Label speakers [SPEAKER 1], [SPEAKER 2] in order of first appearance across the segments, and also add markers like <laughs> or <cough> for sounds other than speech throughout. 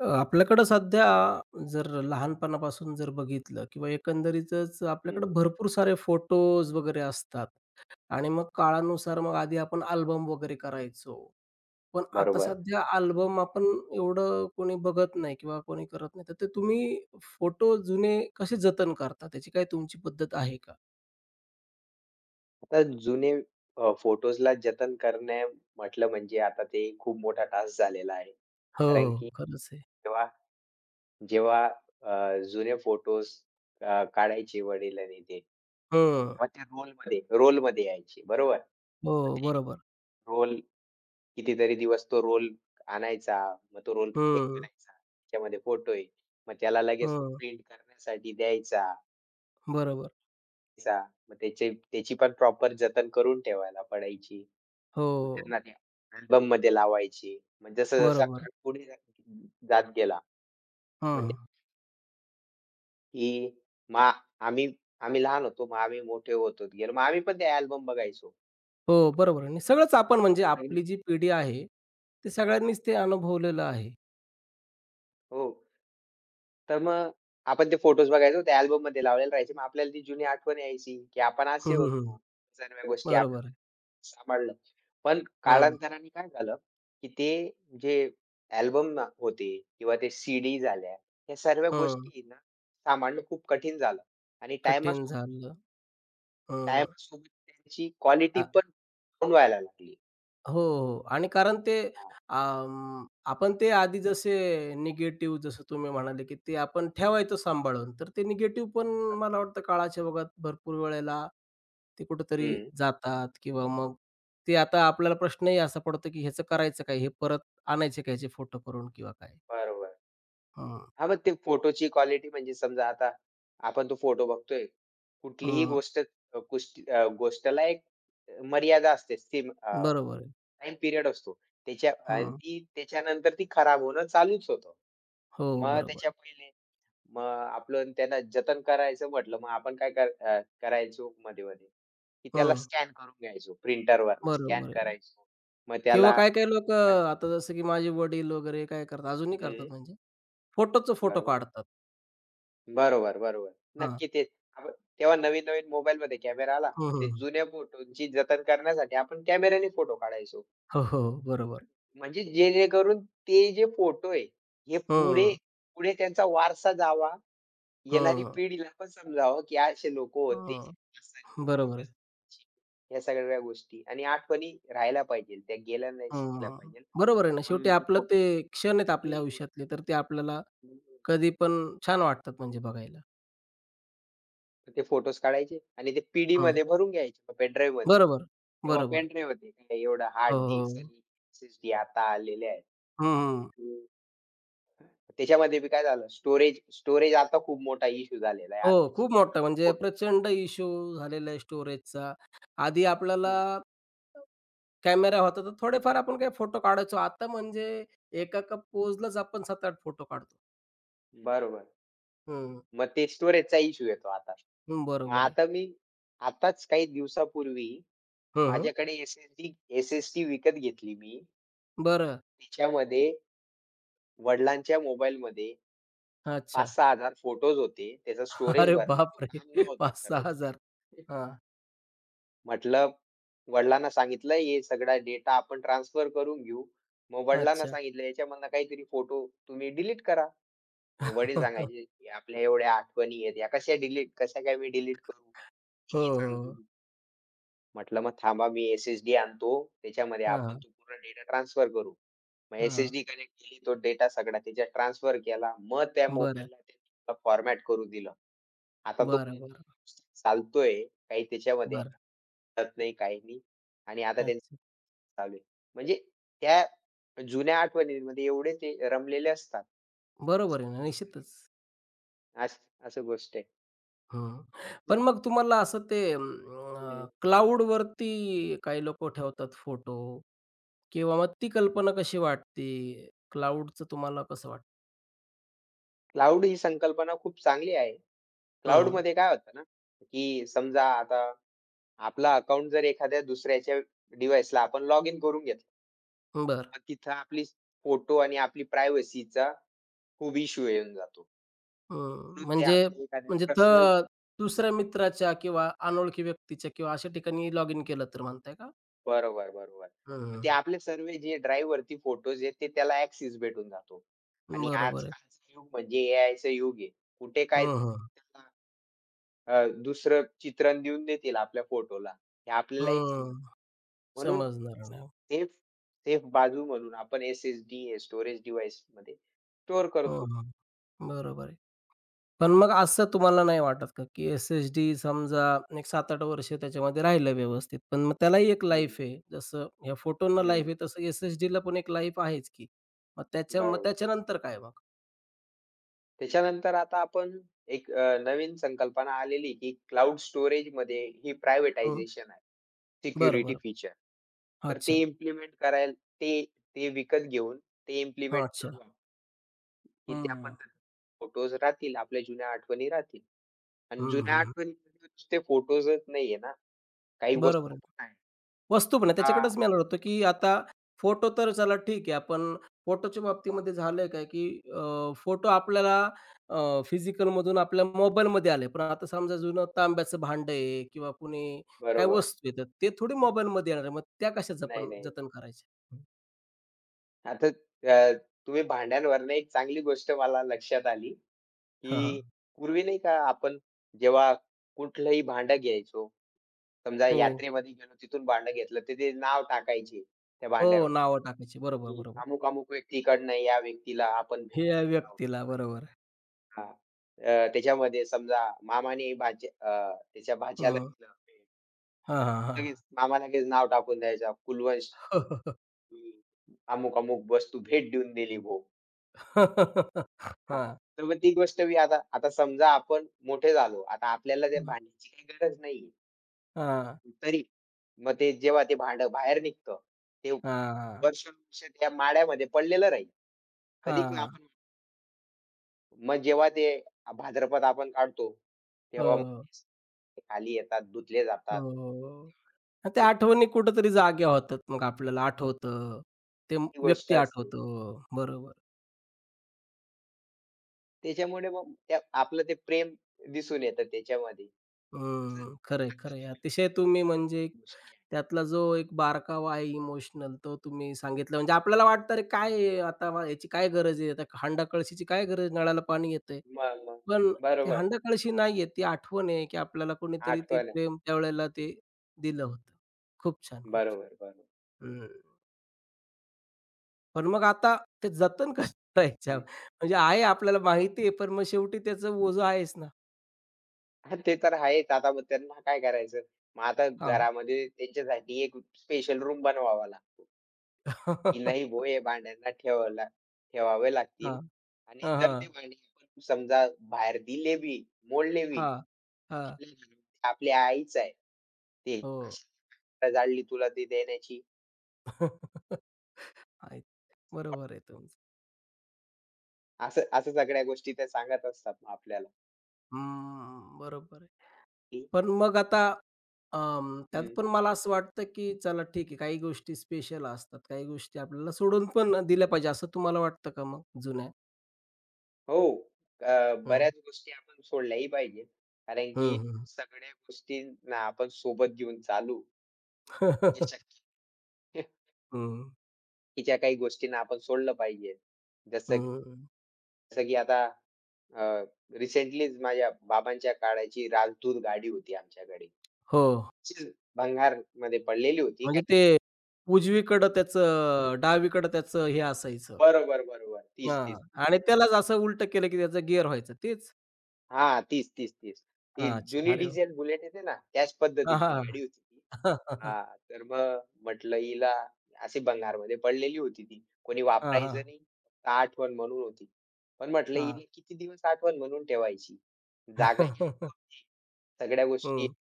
[SPEAKER 1] आपल्याकडं सध्या जर लहानपणापासून बघितलं किंवा एकंदरीतच आपल्याकडं
[SPEAKER 2] हं,
[SPEAKER 1] भरपूर सारे फोटोज वगैरे असतात आणि मग काळानुसार आधी आपण अल्बम वगैरे करायचो. पण आता
[SPEAKER 2] बरोबर.
[SPEAKER 1] सध्या अल्बम आपण एवढं कोणी बघत नाही किंवा कोणी करत नाही. तर ते तुम्ही फोटो जुने कसे जतन करता? त्याची काही तुमची पद्धत आहे का?
[SPEAKER 2] आता जुने फोटोजला जतन करणे म्हटलं म्हणजे आता ते खूप मोठा टास्क झालेला आहे.
[SPEAKER 1] हो,
[SPEAKER 2] कारण
[SPEAKER 1] हो.
[SPEAKER 2] की
[SPEAKER 1] खरंच आहे.
[SPEAKER 2] तेव्हा जेव्हा जुने फोटोज काढायचे वडील ते.
[SPEAKER 1] हं.
[SPEAKER 2] तेव्हा ते रोलमध्ये रोलमध्ये यायचे बरोबर.
[SPEAKER 1] हो,
[SPEAKER 2] मग ते
[SPEAKER 1] बरोबर.
[SPEAKER 2] रोल. कितीतरी दिवस तो रोल आणायचा. मग तो रोल चेक
[SPEAKER 1] हं,
[SPEAKER 2] करायचा. त्याच्यामध्ये फोटो आहे. मग त्याला लगेच तो
[SPEAKER 1] हं.
[SPEAKER 2] प्रिंट करण्यासाठी द्यायचा.
[SPEAKER 1] बरोबर.
[SPEAKER 2] मग त्याची पण प्रॉपर जतन करून ठेवायला पडायची. मग
[SPEAKER 1] हो,
[SPEAKER 2] त्यांना ते अल्बममध्ये लावायची. मग जसा-जसा
[SPEAKER 1] बरोबर.
[SPEAKER 2] काळ पुढे जात गेला. मग ते
[SPEAKER 1] हं.
[SPEAKER 2] की मग आम्ही आम्ही लहान होतो. मग आम्ही मोठे होत होत गेलो. मग आम्ही पण ते अल्बम बघायचो.
[SPEAKER 1] हो, बरोबर आहे आणि सगळंच आपण म्हणजे
[SPEAKER 2] तसंही
[SPEAKER 1] आपली जी पिढी आहे, ते सगळ्यांनीच ते अनुभवलेलं आहे.
[SPEAKER 2] हो. तर मग आपण ते फोटोज बघायचो. ते अल्बममध्ये लावलेले राहायचे. मग आपल्याला ती जुनी आठवण यायची, की आपण
[SPEAKER 1] हं,
[SPEAKER 2] असे
[SPEAKER 1] हं, हं.
[SPEAKER 2] होतो. सर्व गोष्टी
[SPEAKER 1] बरोबर आहे.
[SPEAKER 2] सांभाळलं. पण
[SPEAKER 1] हं,
[SPEAKER 2] कालांतराने काय झालं, की ते जे अल्बम ना होते किंवा ते सीडी झाल्या, या सर्व
[SPEAKER 1] हं.
[SPEAKER 2] गोष्टी ना सांभाळणं खूप कठीण झालं आणि
[SPEAKER 1] कठीण
[SPEAKER 2] टाईमासोबत
[SPEAKER 1] झालं. हं.
[SPEAKER 2] टाईमासोबत त्यांची
[SPEAKER 1] अ,
[SPEAKER 2] क्वालिटी पण डाउन व्हायला लागली.
[SPEAKER 1] हो, हो आणि कारण ते
[SPEAKER 2] हां,
[SPEAKER 1] अं, आपण ते आधी जसे निगेटिव्ह जसं तुम्ही म्हणाले, की ते आपण ठेवायचो सांभाळून, तर ते निगेटिव्ह पण मला
[SPEAKER 2] बरोबर.
[SPEAKER 1] वाटतं काळाच्या ओघात भरपूर वेळेला ते कुठेतरी
[SPEAKER 2] हं,
[SPEAKER 1] जातात किंवा मग ते आता आपल्याला प्रश्नही असा पडतो, की ह्याचं करायचं काय? हे परत आणायचे का ह्याचे फोटो करून किंवा काय?
[SPEAKER 2] बरोबर.
[SPEAKER 1] हं.
[SPEAKER 2] हां, मग ते फोटोची क्वालिटी म्हणजे समजा आता आपण तो फोटो बघतोय. कुठलीही
[SPEAKER 1] हं.
[SPEAKER 2] गोष्ट. गोष्टला एक मर्यादा असते.
[SPEAKER 1] बरोबर आहे.
[SPEAKER 2] टाईम पिरियड असतो त्याच्या. आणि
[SPEAKER 1] हं.
[SPEAKER 2] ती त्याच्यानंतर ती खराब होणं चालूच होतं.
[SPEAKER 1] हो,
[SPEAKER 2] मग
[SPEAKER 1] बरोबर
[SPEAKER 2] त्याच्या
[SPEAKER 1] आहे.
[SPEAKER 2] पहिले मग आपण त्याला जतन करायचं म्हटलं, मग आपण करायचो मध्ये-मध्ये, की त्याला
[SPEAKER 1] हं.
[SPEAKER 2] स्कॅन करून घ्यायचो. प्रिंटरवरनं स्कॅन
[SPEAKER 1] बरोबर आहे.
[SPEAKER 2] करायचो. मग
[SPEAKER 1] किंवा
[SPEAKER 2] त्याला.
[SPEAKER 1] काही-काही
[SPEAKER 2] अ
[SPEAKER 1] लोकं आता जसं की माझे वडील वगैरे काय करतात, अजूनही करतात
[SPEAKER 2] हं,
[SPEAKER 1] म्हणजे फोटोचा फोटो
[SPEAKER 2] बरोबर.
[SPEAKER 1] काढतात.
[SPEAKER 2] बरोबर, बरोबर.
[SPEAKER 1] हां.
[SPEAKER 2] नक्की तेच. आपण तेव्हा नवीन-नवीन मोबाईलमध्ये कॅमेरा आला.
[SPEAKER 1] हं,
[SPEAKER 2] मग
[SPEAKER 1] हं,
[SPEAKER 2] ते
[SPEAKER 1] हं.
[SPEAKER 2] जुन्या फोटोंची जतन करण्यासाठी आपण कॅमेऱ्याने फोटो काढायचो.
[SPEAKER 1] हो, हो. बरोबर.
[SPEAKER 2] म्हणजे जेणेकरून ते जे फोटो आहे, हे पुढे
[SPEAKER 1] हं,
[SPEAKER 2] पुढे त्यांचा वारसा जावा, येणारी
[SPEAKER 1] हं,
[SPEAKER 2] पिढीला पण समजावं, की असे लोकं होते.
[SPEAKER 1] हं. बरोबर आहे.
[SPEAKER 2] फोटोज या सगळ्या गोष्टी आणि आठवणी राहायला पाहिजे. त्या गेल्या नाही शिकल्या
[SPEAKER 1] हं.
[SPEAKER 2] पाहिजे.
[SPEAKER 1] बरोबर आहे ना. शेवटी
[SPEAKER 2] म्हणून ते
[SPEAKER 1] आपलं ते
[SPEAKER 2] फोटो.
[SPEAKER 1] क्षण आहेत आपल्या
[SPEAKER 2] हं,
[SPEAKER 1] आयुष्यातले, तर ते आपल्याला
[SPEAKER 2] हं.
[SPEAKER 1] कधी पण छान वाटतात म्हणजे बघायला.
[SPEAKER 2] <laughs> ते फोटोज काढायचे आणि ते पीडी
[SPEAKER 1] हं.
[SPEAKER 2] डीमध्ये भरून घ्यायचे पेनड्राईव्हमध्ये.
[SPEAKER 1] बरोबर,
[SPEAKER 2] तेव्हा
[SPEAKER 1] बरोबर.
[SPEAKER 2] पेनड्राईव्ह होते. काय एवढं
[SPEAKER 1] हो,
[SPEAKER 2] हार्ड डिस्क
[SPEAKER 1] हो.
[SPEAKER 2] आणि एस-एस-डी आता आलेले आहेत.
[SPEAKER 1] हं, हं.
[SPEAKER 2] त्याच्यामध्ये बी काय झालं स्टोरेज स्टोरेज आता खूप मोठा इश्यू झालेला आहे.
[SPEAKER 1] हो, खूप मोठा
[SPEAKER 2] आताची
[SPEAKER 1] म्हणजे
[SPEAKER 2] फोटोचा.
[SPEAKER 1] प्रचंड इश्यू झालेला आहे स्टोरेजचा. आधी आपल्याला
[SPEAKER 2] हं.
[SPEAKER 1] कॅमेरा होता, तर थोडेफार आपण काही फोटो काढायचो. आता म्हणजे एका एका पोजलाच आपण 7-8 फोटो काढतो.
[SPEAKER 2] बरोबर.
[SPEAKER 1] हं,
[SPEAKER 2] मग ते स्टोरेजचा इश्यू येतो आता.
[SPEAKER 1] हं,
[SPEAKER 2] मग
[SPEAKER 1] बरोबर आहे.
[SPEAKER 2] आता मी. आताच काही दिवसापूर्वी
[SPEAKER 1] हं, हं.
[SPEAKER 2] माझ्याकडे एस-एस-डी विकत घेतली मी.
[SPEAKER 1] बरं.
[SPEAKER 2] त्याच्यामध्ये वडिलांच्या मोबाईलमध्ये
[SPEAKER 1] अच्छा.
[SPEAKER 2] 5,000-6,000 फोटोज होते. त्याचं
[SPEAKER 1] <laughs>
[SPEAKER 2] स्टोरेज
[SPEAKER 1] अरे
[SPEAKER 2] भरलं. तो
[SPEAKER 1] बापरे!
[SPEAKER 2] काम नव्हता करत.
[SPEAKER 1] 5,000-6,000. हां,
[SPEAKER 2] म्हटलं. वडिलांना सांगितलं, "हे सगळा डेटा आपण ट्रान्सफर करून घेऊ." मग वडिलांना
[SPEAKER 1] अच्छा.
[SPEAKER 2] सांगितलं, "याच्यामधनं काहीतरी फोटो तुम्ही डिलीट करा." मग वडील
[SPEAKER 1] <laughs>
[SPEAKER 2] सांगायचे, "की आपल्या एवढ्या आठवणी आहेत, या कशा डिलीट कशा काय मी डिलीट करू?
[SPEAKER 1] हो,
[SPEAKER 2] किती सांगतो
[SPEAKER 1] हो.
[SPEAKER 2] तू." म्हटलं, "मग थांबा मी एस-एस-डी आणतो. त्याच्यामध्ये आपण
[SPEAKER 1] हां,
[SPEAKER 2] तो पूर्ण डेटा ट्रान्सफर करू." मग
[SPEAKER 1] हां.
[SPEAKER 2] एस-एस-डी कनेक्ट केली, तो डेटा सगळा त्याच्यात ट्रान्सफर केला. मग त्या
[SPEAKER 1] बरं,
[SPEAKER 2] मोबाईलला फॉर्मॅट करू दिलं. आता तो
[SPEAKER 1] बरं, बरं,
[SPEAKER 2] मोबाईल चालतोय, काही त्याच्यामध्ये
[SPEAKER 1] बरं.
[SPEAKER 2] कळत नाही, काही नाही आणि आता त्यांचं
[SPEAKER 1] अच्छा.
[SPEAKER 2] चालू आहे. म्हणजे त्या जुन्या आठवणींमध्ये एवढे ते रमलेले असतात.
[SPEAKER 1] बरोबर आहे ना, निश्चितच.
[SPEAKER 2] अस असं गोष्ट आहे.
[SPEAKER 1] हं. पण मग तुम्हाला असं ते
[SPEAKER 2] हं.
[SPEAKER 1] क्लाउडवरती काही लोकं ठेवतात फोटो किंवा मग ती कल्पना कशी वाटते? क्लाउडचं तुम्हाला कसं वाटतं?
[SPEAKER 2] क्लाउड ही संकल्पना खूप चांगली आहे.
[SPEAKER 1] हं, हं.
[SPEAKER 2] क्लाउडमध्ये काय होतं ना, की समजा आता आपला अकाउंट जर एखाद्या दुसऱ्याच्या डिव्हाइसला आपण लॉग इन करून घेतलं.
[SPEAKER 1] बरं.
[SPEAKER 2] मग तिथं आपली फोटो आणि आपली प्रायव्हसीचा खूप इश्यू येऊन जातो.
[SPEAKER 1] हं.
[SPEAKER 2] म्हणून ते
[SPEAKER 1] म्हणजे
[SPEAKER 2] आपल्या एखाद्या
[SPEAKER 1] म्हणजे
[SPEAKER 2] पर्सनल.
[SPEAKER 1] तर दुसऱ्या मित्राच्या किंवा अनोळखी व्यक्तीच्या किंवा अशा ठिकाणी लॉग इन केलं तर म्हणताय का?
[SPEAKER 2] बरोबर, बरोबर. मग
[SPEAKER 1] हं,
[SPEAKER 2] ते आपले सर्व जे ड्राईव्हवरती फोटोज आहेत, ते त्याला ॲक्सेस भेटून जातो. आणि
[SPEAKER 1] बरोबर आहे.
[SPEAKER 2] आजकालचं युग म्हणजे एआयचं युग आहे. कुठे काय
[SPEAKER 1] हं, हं.
[SPEAKER 2] त्याला दुसरं चित्रण देऊन देतील आपल्या फोटोला. हे आपल्यालाही
[SPEAKER 1] हं.
[SPEAKER 2] समजतं. म्हणून
[SPEAKER 1] समजणार नाही.
[SPEAKER 2] सेफ सेफ बाजू म्हणून आपण एस-एस-डी, स्टोरेज डिव्हाइसमध्ये स्टोअर करतो.
[SPEAKER 1] हं, बरोबर आहे. पण मग असं तुम्हाला नाही वाटत का, की एस-एस-डी समजा एक 7-8 वर्ष त्याच्यामध्ये राहिलं व्यवस्थित. पण मग त्यालाही एक
[SPEAKER 2] हं,
[SPEAKER 1] लाईफ आहे. जसं ह्या फोटोंना लाईफ
[SPEAKER 2] हं.
[SPEAKER 1] आहे, तसं एस-एस-डीला पण एक लाईफ आहेच की. मग
[SPEAKER 2] बरोबर.
[SPEAKER 1] त्याच्यानंतर काय मग?
[SPEAKER 2] त्याच्यानंतर आता आपण एक नवीन संकल्पना आलेली, की क्लाउड स्टोरेजमध्ये ही
[SPEAKER 1] हं.
[SPEAKER 2] प्रायव्हेटायझेशन आहे.
[SPEAKER 1] बरं,
[SPEAKER 2] सिक्युरिटी
[SPEAKER 1] बरं.
[SPEAKER 2] फीचर. तर
[SPEAKER 1] अच्छा.
[SPEAKER 2] ते इम्प्लिमेंट करायला ते ते विकत घेऊन ते
[SPEAKER 1] हां,
[SPEAKER 2] इम्प्लिमेंट
[SPEAKER 1] अच्छा.
[SPEAKER 2] करू आपण, की त्या
[SPEAKER 1] हं.
[SPEAKER 2] पद्धतीने फोटोज राहतील, आपल्या जुन्या आठवणी राहतील. आणि
[SPEAKER 1] हं,
[SPEAKER 2] जुन्या
[SPEAKER 1] हं.
[SPEAKER 2] आठवणीमध्ये नुसते फोटोजच नाहीये ना, काही
[SPEAKER 1] बरोबर
[SPEAKER 2] वस्तू
[SPEAKER 1] आहे.
[SPEAKER 2] पण आहे.
[SPEAKER 1] वस्तू पण आहे.
[SPEAKER 2] हां,
[SPEAKER 1] त्याच्याकडेच मी येणार होतो, की आता फोटो तर चला ठीक आहे. आपण फोटोच्या बाबतीमध्ये झालंय काय, की फोटो आपल्याला फिजिकलमधून आपल्या मोबाईलमध्ये आले. पण आता समजा जुनं तांब्याचं भांडं आहे किंवा कुणी काय
[SPEAKER 2] बरोबर.
[SPEAKER 1] वस्तू आहे, तर ते थोडी मोबाईलमध्ये येणार आहे. मग त्या कशा
[SPEAKER 2] नाही,
[SPEAKER 1] जपन
[SPEAKER 2] नाही.
[SPEAKER 1] जतन करायच्या?
[SPEAKER 2] आता अ, तुम्ही भांड्यांवरनं एक चांगली गोष्ट मला लक्षात आली.
[SPEAKER 1] हां, हां.
[SPEAKER 2] की पूर्वी नाही का आपण जेव्हा कुठलंही भांडं घ्यायचो, समजा
[SPEAKER 1] हो.
[SPEAKER 2] यात्रेमध्ये गेलो तिथून भांडं घेतलं, तिथे नाव टाकायचे त्या
[SPEAKER 1] हो,
[SPEAKER 2] भांड्यावर,
[SPEAKER 1] नावं टाकायची. बरोबर,
[SPEAKER 2] की
[SPEAKER 1] बरोबर.
[SPEAKER 2] अमुक-अमुक व्यक्तीकडनं या व्यक्तीला आपण
[SPEAKER 1] हे या
[SPEAKER 2] भेटत आहोत.
[SPEAKER 1] व्यक्तीला. बरोबर.
[SPEAKER 2] हां. त्याच्यामध्ये समजा त्याच्या भाच्याला
[SPEAKER 1] हं.
[SPEAKER 2] दिलं ते,
[SPEAKER 1] हां,
[SPEAKER 2] तर
[SPEAKER 1] हां, हां.
[SPEAKER 2] लगेच मामा लगेच नाव टाकून द्यायचा, "कुलवंश,
[SPEAKER 1] <laughs>
[SPEAKER 2] की अमुक-अमुक वस्तू भेट देऊन दिली भो." हां.
[SPEAKER 1] हां.
[SPEAKER 2] तर मग ती गोष्ट मी आता. समजा आपण मोठे झालो. आता आपल्याला त्या
[SPEAKER 1] हां. हां.
[SPEAKER 2] भांड्याची काही गरज नाहीये. तरी मग ते जेव्हा ते भांडं बाहेर निघतं, ते
[SPEAKER 1] हां. हां. <laughs>
[SPEAKER 2] वर्षानुवर्षे त्या माड्यामध्ये पडलेलं राहील. कधी पण आपण मग जेव्हा ते भाद्रपद आपण काढतो, तेव्हा मग
[SPEAKER 1] हो.
[SPEAKER 2] ते खाली येतात, धुतले जातात.
[SPEAKER 1] हो. आणि त्या
[SPEAKER 2] ते-
[SPEAKER 1] आठवणी कुठेतरी जाग्या होतात. मग आपल्याला आठवतं. ते म-
[SPEAKER 2] ती गोष्ट
[SPEAKER 1] व्यक्ती
[SPEAKER 2] असते.
[SPEAKER 1] आठवतो. बरोबर.
[SPEAKER 2] त्याच्यामुळे मग त्या आपलं ते प्रेम दिसून येतं त्याच्यामध्ये. असं
[SPEAKER 1] हं. खरंय,
[SPEAKER 2] आजच्या
[SPEAKER 1] खरंय. अतिशय तुम्ही म्हणजे
[SPEAKER 2] जुन्या गोष्टी आहेत.
[SPEAKER 1] त्यातला जो एक बारकावा आहे इमोशनल तो तुम्ही सांगितला. म्हणजे आपल्याला वाटतं अरे काय आहे आता मला याची काय गरज आहे? आता हांडा कळशीची काय गरज? नळाला पाणी येतंय.
[SPEAKER 2] मग, मग.
[SPEAKER 1] पण ते
[SPEAKER 2] बरोबर.
[SPEAKER 1] हांडा कळशी नाहीये. ती आठवण आहे की आपल्याला कोणीतरी ते
[SPEAKER 2] आठवण आहे.
[SPEAKER 1] प्रेम त्यावेळेला ते दिलं होतं. खूप छान, खूप छान.
[SPEAKER 2] बरोबर, बरोबर.
[SPEAKER 1] हं. पण मग आता ते जतन <laughs> कसं करायचं? म्हणजे आहे आपल्याला माहिती आहे, पण मग शेवटी त्याचं ओझं आहेच ना.
[SPEAKER 2] हां, ते तर आहेच. आता मग त्यांना काय करायचं? मग आता
[SPEAKER 1] हां.
[SPEAKER 2] घरामध्ये त्यांच्यासाठी एक स्पेशल रूम बनवावा लागतो, की नाही
[SPEAKER 1] <laughs>
[SPEAKER 2] बुवा हे भांड्यांना ठेवायला ठेवावे
[SPEAKER 1] हां.
[SPEAKER 2] लागतील. आणि
[SPEAKER 1] हां,
[SPEAKER 2] जर
[SPEAKER 1] हां.
[SPEAKER 2] ते भांडी आपण समजा बाहेर दिले बी, मोडले बी,
[SPEAKER 1] हां. हां.
[SPEAKER 2] आपल्या घरामध्ये आपल्या आईच आहे ते,
[SPEAKER 1] <laughs> हो.
[SPEAKER 2] "आता जाळली तुला ती देण्याची.
[SPEAKER 1] <laughs> आहेत. बरोबर आहे तुमचं.
[SPEAKER 2] असं असं सगळ्या गोष्टी त्या सांगत असतात मग आपल्याला,
[SPEAKER 1] हम्म, बरोबर आहे.
[SPEAKER 2] की
[SPEAKER 1] पण मग आता त्यात
[SPEAKER 2] हं,
[SPEAKER 1] पण मला असं वाटतं, की चला ठीक आहे, काही गोष्टी स्पेशल असतात, काही गोष्टी आपल्याला सोडून पण दिल्या पाहिजे, असं तुम्हाला वाटतं का मग जुन्या?
[SPEAKER 2] हो,
[SPEAKER 1] हं.
[SPEAKER 2] बऱ्याच गोष्टी आपण सोडल्याही पाहिजेत. कारण
[SPEAKER 1] हं,
[SPEAKER 2] की
[SPEAKER 1] हं.
[SPEAKER 2] सगळ्या गोष्टींना आपण सोबत घेऊन चालू
[SPEAKER 1] हं,
[SPEAKER 2] हे
[SPEAKER 1] हं. <laughs>
[SPEAKER 2] शक्य. बाकीच्या काही गोष्टींना आपण सोडलं पाहिजे. जसं. की आता अ, रिसेंटलीच माझ्या बाबांच्या काळाची राजदूत गाडी होती आमच्याकडे.
[SPEAKER 1] हो.
[SPEAKER 2] जी भंगारमध्ये पडलेली होती
[SPEAKER 1] म्हणजे
[SPEAKER 2] काही.
[SPEAKER 1] ते उजवीकडं त्याचं डावीकडं त्याचं हे असायचं.
[SPEAKER 2] बरोबर, बरोबर.
[SPEAKER 1] हां.
[SPEAKER 2] 30-30.
[SPEAKER 1] आणि त्यालाच असं उलटं केलं, की त्याचा गिअर व्हायचं तेच?
[SPEAKER 2] हां, तीस हा तीस तीस तीस ती
[SPEAKER 1] अच्छा.
[SPEAKER 2] जुनी
[SPEAKER 1] अरे वाह!
[SPEAKER 2] डिझेल बुलेट येते ना, त्याच
[SPEAKER 1] हां,
[SPEAKER 2] पद्धतीची
[SPEAKER 1] हां.
[SPEAKER 2] गाडी होती ती. हां, तर मग म्हटलं हिला. अशी भंगारमध्ये पडलेली होती ती. कोणी
[SPEAKER 1] हां,
[SPEAKER 2] वापरायचं
[SPEAKER 1] हां.
[SPEAKER 2] नाही. फक्त आठवण म्हणून होती. पण म्हटलं
[SPEAKER 1] हां.
[SPEAKER 2] हिला किती दिवस आठवण म्हणून ठेवायची? जागा. सगळ्या गोष्टी.
[SPEAKER 1] हं.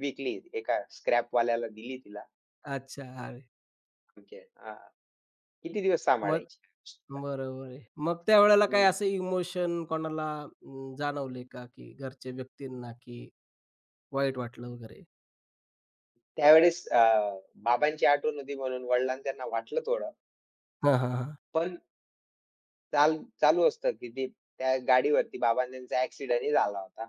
[SPEAKER 2] विकली. एका स्क्रॅपवाल्याला दिली तिला.
[SPEAKER 1] अच्छा. अरे!
[SPEAKER 2] म्हणजे किती दिवस
[SPEAKER 1] मग
[SPEAKER 2] सांभाळायची?
[SPEAKER 1] बरोबर आहे. मग त्यावेळेला काही
[SPEAKER 2] हं.
[SPEAKER 1] असं इमोशन कोणाला जाणवले का, की घरच्या व्यक्तींना, की वाईट वाटलं वगैरे?
[SPEAKER 2] त्यावेळेस बाबांची आठवण होती म्हणून वडिलांना त्यांना वाटलं थोडं.
[SPEAKER 1] हां, हां, हां.
[SPEAKER 2] पण चालू असतं की ते. त्या गाडीवरती बाबांना त्यांचा ॲक्सिडेंटही झाला होता.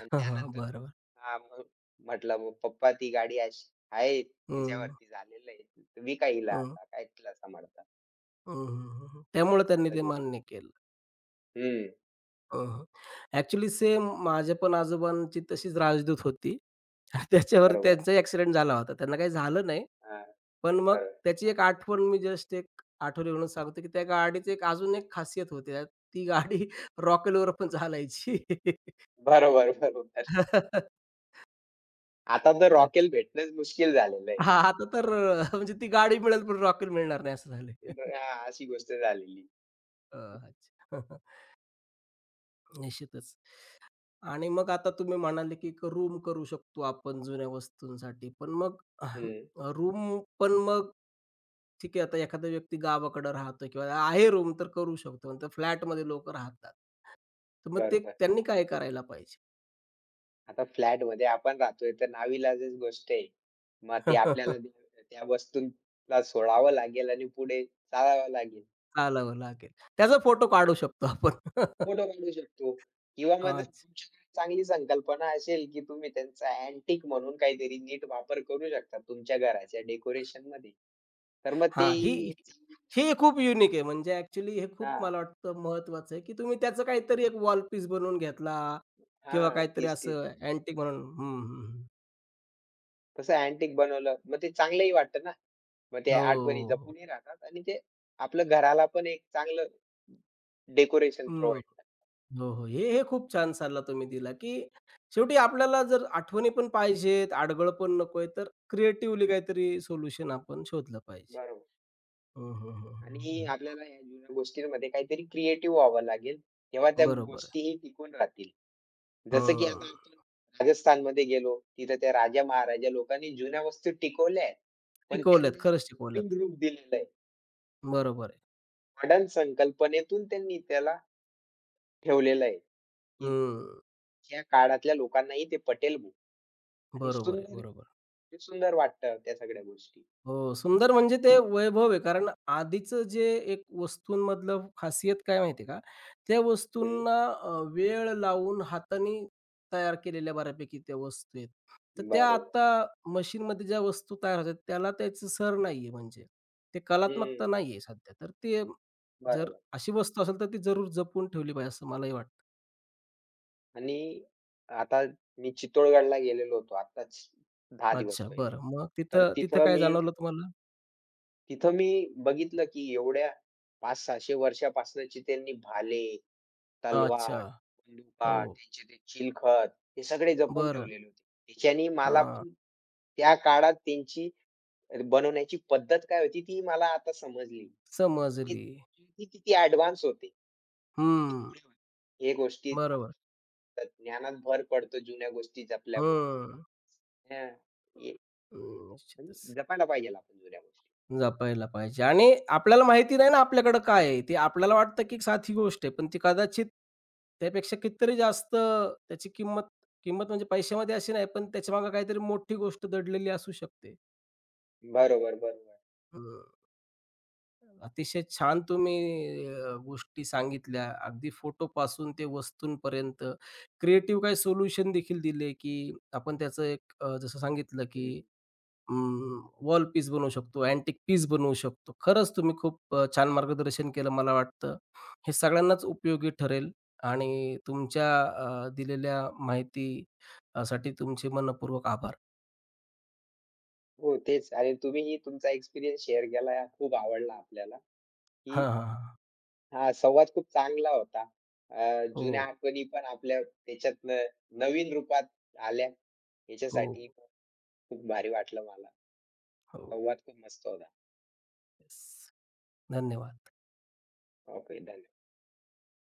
[SPEAKER 2] आणि
[SPEAKER 1] हां.
[SPEAKER 2] त्यानंतर
[SPEAKER 1] बरोबर.
[SPEAKER 2] हां, मग म्हटलं, "मग पप्पा ती गाडी अशी आहे,
[SPEAKER 1] हं,
[SPEAKER 2] तिच्यावरती झालेलं आहे. विका हिला
[SPEAKER 1] हं.
[SPEAKER 2] आता. काय तिला सांभाळता?"
[SPEAKER 1] हं, हं, हं. त्यामुळे त्यांनी
[SPEAKER 2] असं
[SPEAKER 1] ते
[SPEAKER 2] गोष्ट.
[SPEAKER 1] मान्य केलं.
[SPEAKER 2] हं,
[SPEAKER 1] हो, हो. ॲक्चुअली सेम माझ्या पण आजोबांची तशीच राजदूत होती. <laughs> त्याच्यावर
[SPEAKER 2] बरोबर.
[SPEAKER 1] त्यांचाही ॲक्सिडेंट झाला होता. त्यांना काही झालं नाही.
[SPEAKER 2] हां,
[SPEAKER 1] पण मग
[SPEAKER 2] बरोबर.
[SPEAKER 1] त्याची एक आठवण मी जस्ट एक आठवली म्हणून सांगतो, की त्या गाडीची एक अजून एक खासियत होती. त्यात ती गाडी <laughs> रॉकेलवर पण चालायची.
[SPEAKER 2] बरोबर, बरोबर.
[SPEAKER 1] <laughs>
[SPEAKER 2] आता तर
[SPEAKER 1] अच्छा.
[SPEAKER 2] रॉकेल भेटणंच मुश्किल झालेलं आहे.
[SPEAKER 1] हां, आता तर म्हणजे ती गाडी मिळेल पण रॉकेल मिळणार नाही असं झालंय. <laughs>
[SPEAKER 2] हां, अशी गोष्ट झालेली.
[SPEAKER 1] अच्छा. <laughs> निश्चितच. आणि मग आता तुम्ही म्हणाले, की एक रूम करू शकतो आपण जुन्या वस्तूंसाठी. पण मग <clears throat>
[SPEAKER 2] हं.
[SPEAKER 1] रूम पण मग ठीक आहे, आता एखादा व्यक्ती गावाकडे राहतो किंवा आहे रूम तर करू शकतो. नंतर फ्लॅटमध्ये लोकं राहतात. तर मग ते
[SPEAKER 2] बरोबर.
[SPEAKER 1] त्यांनी काय करायला पाहिजे?
[SPEAKER 2] आता फ्लॅटमध्ये आपण राहतोय तर नाईलाजाची गोष्ट आहे. मग ते आपल्याला
[SPEAKER 1] <laughs>
[SPEAKER 2] ते त्या वस्तूला सोडावं लागेल आणि पुढे चालावं लागेल.
[SPEAKER 1] चालावं लागेल. त्याचा फोटो काढू शकतो आपण. <laughs>
[SPEAKER 2] फोटो काढू शकतो किंवा मग जर
[SPEAKER 1] अच्छा.
[SPEAKER 2] तुमच्याकडे चांगली संकल्पना असेल, की तुम्ही त्यांचा अँटिक म्हणून काहीतरी नीट वापर करू शकता तुमच्या घराच्या डेकोरेशनमध्ये. तर मग
[SPEAKER 1] हां, ही
[SPEAKER 2] तेही.
[SPEAKER 1] हे खूप युनिक आहे. म्हणजे ॲक्चुअली हे खूप
[SPEAKER 2] हां,
[SPEAKER 1] मला वाटतं महत्त्वाचं आहे, की तुम्ही त्याचं काहीतरी एक वॉल पीस बनवून घेतला किंवा
[SPEAKER 2] हां.
[SPEAKER 1] काहीतरी
[SPEAKER 2] तीच, तीच.
[SPEAKER 1] असं अँटिक म्हणून हं, हं.
[SPEAKER 2] कसं अँटिक बनवलं. मग ते चांगलंही वाटतं ना. मग
[SPEAKER 1] हो,
[SPEAKER 2] त्या आठवणी
[SPEAKER 1] हो,
[SPEAKER 2] जपूनही राहतात आणि ते आपलं घराला पण एक चांगलं डेकोरेशन
[SPEAKER 1] हं. हो.
[SPEAKER 2] प्रोव्हाईड करतं.
[SPEAKER 1] हो, हो. हे खूप छान सल्ला तुम्ही दिला, की शेवटी आपल्याला जर आठवणी पण पाहिजेत, आडगळ पण नकोय, तर क्रिएटिव्हली काहीतरी सोल्युशन आपण शोधलं पाहिजे.
[SPEAKER 2] बरोबर.
[SPEAKER 1] हं, हं, हं, हं,
[SPEAKER 2] आणि
[SPEAKER 1] हं.
[SPEAKER 2] आपल्याला या जुन्या गोष्टींमध्ये काहीतरी क्रिएटिव्ह व्हावं लागेल. तेव्हा त्या
[SPEAKER 1] बरोबर आहे.
[SPEAKER 2] गोष्टीही टिकून राहतील. जसं की
[SPEAKER 1] हं.
[SPEAKER 2] आता आपण राजस्थानमध्ये गेलो, तिथं त्या राजा-महाराजा लोकांनी जुन्या वस्तू टिकवल्या आहेत. पण
[SPEAKER 1] शिकवलेत,
[SPEAKER 2] त्यांना
[SPEAKER 1] खरंच शिकवलेत.
[SPEAKER 2] नवीन रूप दिलेलं आहे.
[SPEAKER 1] बरोबर आहे.
[SPEAKER 2] मॉडर्न संकल्पनेतून त्यांनी त्याला ठेवलेलं आहे, की
[SPEAKER 1] हं.
[SPEAKER 2] त्या काळातल्या लोकांनाही ते पटेल बुवा आणि
[SPEAKER 1] बरोबर आहे,
[SPEAKER 2] सुंदर.
[SPEAKER 1] बरोबर. आहे.
[SPEAKER 2] ते सुंदर वाटतं त्या सगळ्या गोष्टी.
[SPEAKER 1] हो, सुंदर म्हणजे ते वैभव आहे. कारण आधीचं जे एक वस्तूंमधलं खासियत काय माहिती आहे का? त्या
[SPEAKER 2] हं.
[SPEAKER 1] वस्तूंना अ, वेळ लावून हाताने तयार केलेल्या बऱ्यापैकी त्या वस्तू आहेत. तर त्या
[SPEAKER 2] बरोबर.
[SPEAKER 1] आता मशीनमध्ये ज्या वस्तू तयार होतात त्याला त्याचं सर नाहीये म्हणजे. ते कलात्मकता
[SPEAKER 2] हं.
[SPEAKER 1] नाहीये सध्या. तर ते जर
[SPEAKER 2] बरोबर.
[SPEAKER 1] अशी वस्तू असेल तर ती जरूर जपून ठेवली पाहिजे असं मलाही वाटतं.
[SPEAKER 2] आणि आता मी चित्तोडगडला गेलेलो होतो आत्ताच 10 दिवस
[SPEAKER 1] अच्छा,
[SPEAKER 2] पहिले.
[SPEAKER 1] बरं. मग
[SPEAKER 2] तर
[SPEAKER 1] तिथं तिथं
[SPEAKER 2] तिथं
[SPEAKER 1] काय
[SPEAKER 2] मी
[SPEAKER 1] जाणवलं तुम्हाला?
[SPEAKER 2] तिथं मी बघितलं की एवढ्या 500-600 वर्षापासनची त्यांनी भाले,
[SPEAKER 1] अच्छा.
[SPEAKER 2] तलवार, बंदुका,
[SPEAKER 1] हो.
[SPEAKER 2] त्यांचे ते चिलखत हे सगळे जपून
[SPEAKER 1] बरं.
[SPEAKER 2] ठेवलेले होते. त्याच्याने मला
[SPEAKER 1] हां,
[SPEAKER 2] पण त्या काळात त्यांची बनवण्याची पद्धत काय होती ती मला आता समजली. ती
[SPEAKER 1] समजली.
[SPEAKER 2] ती किती ॲडव्हान्स होते. किती
[SPEAKER 1] हं.
[SPEAKER 2] पुढे होईल. हे गोष्टी
[SPEAKER 1] बरोबर.
[SPEAKER 2] सांगतात. ज्ञानात भर पडतो जुन्या गोष्टी जपल्यामुळे.
[SPEAKER 1] हं.
[SPEAKER 2] हां. हे
[SPEAKER 1] हं, निश्चितच.
[SPEAKER 2] म्हणजे जपायला पाहिजे आपण जुन्या गोष्टी.
[SPEAKER 1] जपायला पाहिजे आणि आपल्याला माहिती नाही ना आपल्याकडं काय आहे? ते आपल्याला वाटतं की एक साधी गोष्ट आहे, पण ती कदाचित त्यापेक्षा कितीतरी जास्त त्याची किंमत किंमत म्हणजे पैशामध्ये अशी नाही, पण त्याच्यामागे काहीतरी मोठी गोष्ट दडलेली असू शकते.
[SPEAKER 2] बरोबर, बरोबर.
[SPEAKER 1] हं. अतिशय छान तुम्ही गोष्टी सांगितल्या. अगदी फोटोपासून ते वस्तूंपर्यंत क्रिएटिव्ह काही सोल्युशन देखील दिले, की आपण त्याचं एक जसं सांगितलं की
[SPEAKER 2] हं.
[SPEAKER 1] वॉल पीस बनवू शकतो, अँटिक पीस बनवू शकतो. खरंच तुम्ही खूप छान मार्गदर्शन केलं मला वाटतं. हे सगळ्यांनाच उपयोगी ठरेल आणि तुमच्या दिलेल्या माहिती साठी तुमचे मनःपूर्वक आभार.
[SPEAKER 2] हो तेच आणि तुम्हीही तुमचा एक्सपिरियन्स शेअर केला खूप आवडला आपल्याला, की
[SPEAKER 1] हां, हां, हां.
[SPEAKER 2] हां, संवाद खूप चांगला होता. अ, जुन्या
[SPEAKER 1] हो,
[SPEAKER 2] आठवणी पण आपल्या त्याच्यातनं नवीन रूपात आल्या.
[SPEAKER 1] हो,
[SPEAKER 2] याच्यासाठी खूप भारी वाटलं मला.
[SPEAKER 1] हो.
[SPEAKER 2] संवाद खूप मस्त होता.
[SPEAKER 1] येस. धन्यवाद.
[SPEAKER 2] ओके. धन्यवाद.